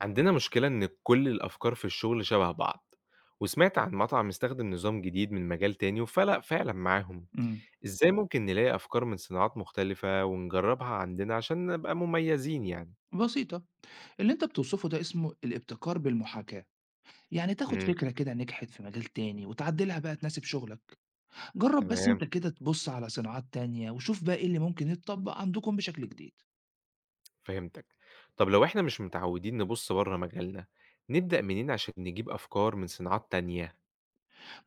عندنا مشكلة إن كل الأفكار في الشغل شبه بعض، وسمعت عن مطعم استخدم نظام جديد من مجال تاني وفلق فعلا معاهم. إمم، إزاي ممكن نلاقي أفكار من صناعات مختلفة ونجربها عندنا عشان نبقى مميزين يعني؟ بسيطة. اللي أنت بتوصفه ده اسمه الابتكار بالمحاكاة، يعني تاخد امم. فكرة كده نجحت في مجال تاني وتعدلها بقى تناسب شغلك. جرّب بس تمام، أنت كده تبُص على صناعات تانية وشوف بقى إيه اللي ممكن يتطبّق عندكم بشكل جديد. فهمتك. طب لو إحنا مش متعودين نبص بره مجالنا، نبدأ منين عشان نجيب أفكار من صناعات تانية؟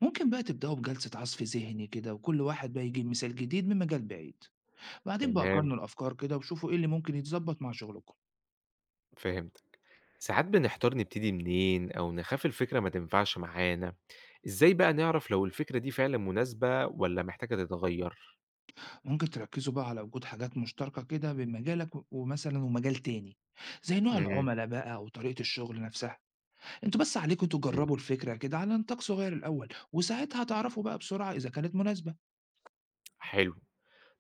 ممكن بقى تبدأوا بجلسة عَصْف ذهني كده وكل واحد بقى يجيب مثال جديد من مجال بعيد، بعدين بقى تمام، قارنوا الأفكار كده وشوفوا إيه اللي ممكن يتضبّط مع شغلكم. فهمت. ساعات بنحتار نبتدي منين أو نخاف الفكرة ما تنفعش معانا. إزاي بقى نعرف لو الفكرة دي فعلا مناسبة ولا محتاجة تتغير؟ ممكن تركّزوا بقى على وجود حاجات مشتركة كده بين مجالك و ومثلًا ومجال تاني، زي نوع مم. العُملا بقى وطريقة الشغل نَفْسها. أنتوا بس عليكم مم. تجربوا الفكرة كده على نطاق صغير الأول وساعتها هتعرفوا بقى بسرعة إذا كانت مناسبة. حلو.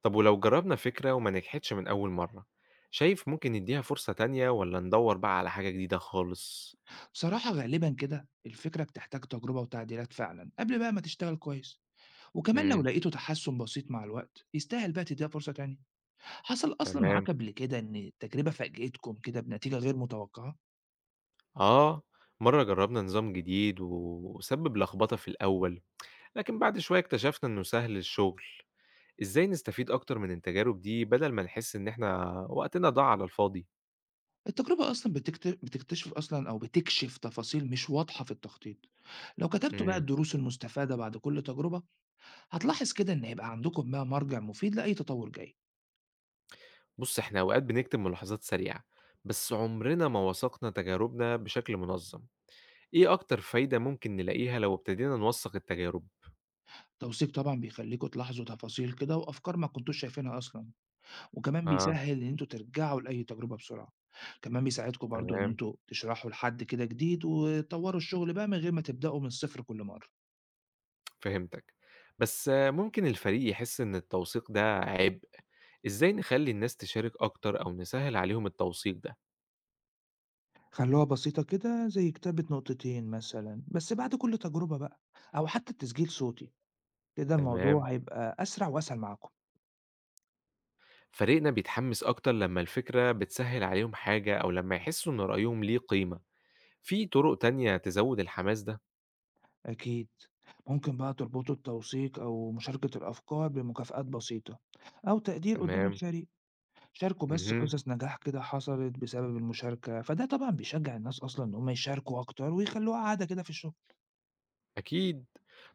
طب ولو جربنا فكرة وما نجحتش من أول مرة، شايف ممكن نديها فرصة تانية ولا ندور بقى على حاجة جديدة خالص؟ بصراحة غالبا كده الفكرة بتحتاج تجربة وتعديلات فعلا قبل بقى ما تشتغل كويس، وكمان لو مم. لقيتوا تحسن بسيط مع الوقت يستاهل بقى تديها فرصة تانية. حصل أصلا معاك تمام. قبل كده إن التجربة فاجئتكم كده بنتيجة غير متوقعة؟ آه. مرة جربنا نظام جديد و- وسبب لخبطة في الأول، لكن بعد شوية اكتشفنا إنه سهل الشغل. إزاي نستفيد أكتر من التجارب دي بدل ما نحس إن إحنا وقتنا ضاع على الفاضي؟ التجربة أصلا بتكتشف أصلا، أو بتكشف تفاصيل مش واضحة في التخطيط. لو كتبتوا بقى إمم. الدروس المستفادة بعد كل تجربة، هتلاحظ كده إن هيبقى عندكم بقى مرجع مفيد لأي تطور جاي. بُص، إحنا أوقات بنكتب ملاحظات سريعة، بس عمرنا ما وثقنا تجاربنا بشكل منظم. إيه أكتر فايدة ممكن نلاقيها لو ابتدينا نوثق التجارب؟ التوثيق طبعًا بيخلّيكم تلاحظوا تفاصيل كده وأفكار ما كنتوش شايفينها أصلًا، وكمان آه. بيسهّل إن أنتم ترجعوا لأي تجربة بسرعة. كمان بيساعدكم برضه إن تمام، أنتم تشرحوا لحد كده جديد وتطوّروا الشغل بقى من غير ما تبدأوا من الصفر كل مرة. فهمتك. بس آه، ممكن الفريق يحس إن التوثيق ده عبء. إزاي نخلي الناس تشارك أكتر أو نسهّل عليهم التوثيق ده؟ خلّوها بسيطة كده زي كتابة نقطتين مثلًا بس بعد كل تجربة بقى، أو حتى تسجيل صوتي، كده تمام. الموضوع هيبقى أسرع وأسهل معاكم. فريقنا بيتحمس أكتر لمّا الفكرة بتسهّل عليهم حاجة أو لمّا يحسوا إن رأيهم ليه قيمة. في طرق تانية تزوّد الحماس ده؟ أكيد، ممكن بقى تربطوا التوثيق أو مشاركة الأفكار بمكافآت بسيطة أو تقدير قدّام تمام. الفريق. شاركوا بس اهم، قصص نجاح كده حصلت بسبب المشاركة، فده طبعا بيشجع الناس أصلا إن هم يشاركوا أكتر ويخلوها عادة كده في الشغل. أكيد.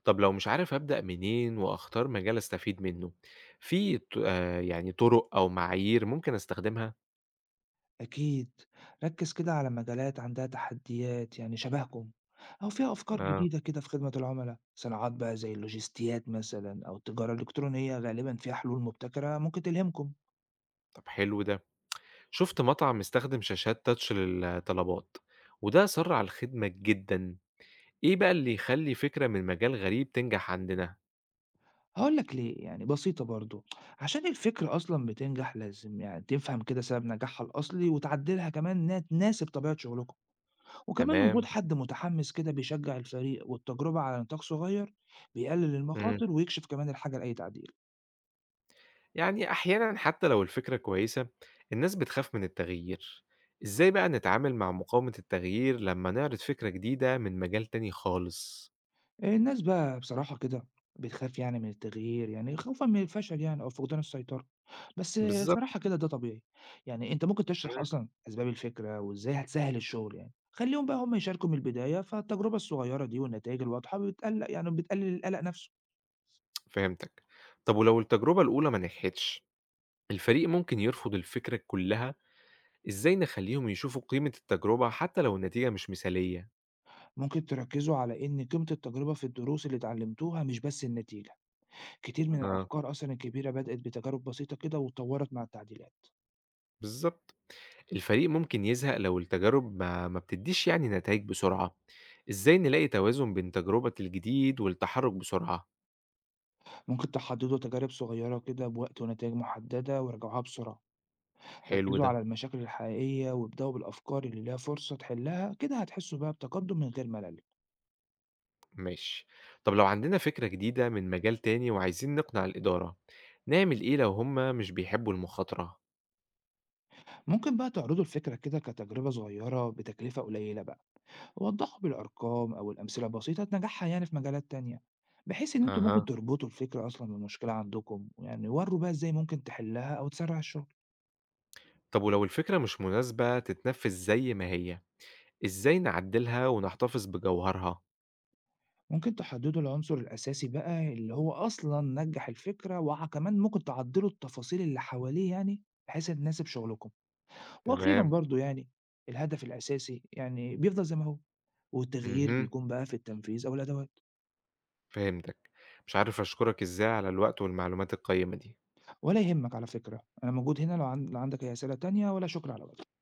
طب لو مش عارف أبدأ منين وأختار مجال أستفيد منه، في ط يعني طرق أو معايير ممكن أستخدمها؟ أكيد. ركز كده على مجالات عندها تحديات يعني شبهكم أو فيها أفكار آه. جديدة كده في خدمة العملاء. صناعات بقى زي اللوجستيات مثلا أو التجارة الإلكترونية غالبا فيها حلول مبتكرة ممكن تلهمكم. طب حلو ده. شُفت مطعم استخدم شاشات touch للطلبات، وده سرّع الخدمة جدًا. إيه بقى اللي يخلّي فكرة من مجال غريب تنجح عندنا؟ هقول لك ليه، يعني بسيطة برضو. عشان الفكرة أصلا بتنجح لازم يعني تفهم كده سبب نجاحها الأصلي وتعدلها كمان إنها تناسب طبيعة شغلكم. وكمان وجود تمام. حد متحمس كده بيشجع الفريق، والتجربة على نطاق صغير بيقلل إمم. المخاطر ويكشف كمان الحاجة لأي تعديل. يعني أحيانًا حتى لو الفكرة كويسة، الناس بتخاف من التغيير. إزاي بقى نتعامل مع مقاومة التغيير لمّا نعرض فكرة جديدة من مجال تاني خالص؟ آه، الناس بقى بصراحة كده بتخاف يعني من التغيير، يعني خوفا من الفشل يعني أو فقدان السيطرة. بس صراحة بالضبط. كده ده طبيعي. يعني أنت ممكن تشرح إمم، أصلا أسباب الفكرة وإزاي هتسهل الشغل، يعني خليهم بقى هم يشاركوا من البداية، فالتجربة الصغيرة دي والنتائج الواضحة بتقلق، يعني بتقلل القلق نفسه. فهمتك. طب ولو التجربة الأولى ما نجحتش، الفريق ممكن يرفض الفكرة كلها. إزاي نخلّيهم يشوفوا قيمة التجربة حتى لو النتيجة مش مثالية؟ ممكن تركزوا على إن قيمة التجربة في الدروس اللي اتعلمتوها، مش بس النتيجة. كتير من آه، الأفكار أصلًا الكبيرة بدأت بتجارب بسيطة كده واتطورت مع التعديلات. بالضبط. الفريق ممكن يزهق لو التجارب ما بتدّيش يعني نتايج بسرعة. إزاي نلاقي توازن بين تجربة الجديد والتحرُّك بسرعة؟ ممكن تحددوا تجارب صغيرة كده بوقت ونتائج محددة وراجعوها بسرعة. حلو ركزوا ده. على المشاكل الحقيقية وابدأوا بالأفكار اللي ليها فرصة تحلها، كده هتحسوا بقى بتقدم من غير ملل. ماشي. طب لو عندنا فكرة جديدة من مجال تاني وعايزين نقنع الإدارة، نعمل إيه لو هم مش بيحبوا المخاطرة؟ ممكن بقى تعرضوا الفكرة كده كتجربة صغيرة بتكلفة قليلة بقى، ووضحوا بالأرقام أو الأمثلة البسيطة نجاحها يعني في مجالات تانية، بحيث إن أنتم ممكن أها. تربطوا الفكرة أصلًا بالمشكلة عندكم، يعني وروا بقى إزاي ممكن تحلها أو تسرع الشغل. طب ولو الفكرة مش مناسبة تتنفذ زي ما هي، إزاي نعدلها ونحتفظ بجوهرها؟ ممكن تحددوا العنصر الأساسي بقى اللي هو أصلا نجح الفكرة، وكمان ممكن تعدلوا التفاصيل اللي حواليه يعني بحيث إن تناسب شغلكم. وأخيرا تمام، برضو يعني الهدف الأساسي يعني بيفضل زي ما هو، والتغيير اهم، بيكون بقى في التنفيذ أو الأدوات. فهمتك. مش عارف أشكرك إزاي على الوقت والمعلومات القيمة دي. ولا يهمك، على فكرة أنا موجود هنا لو، لو عندك أي أسئلة تانية، ولا شكر على وجهك.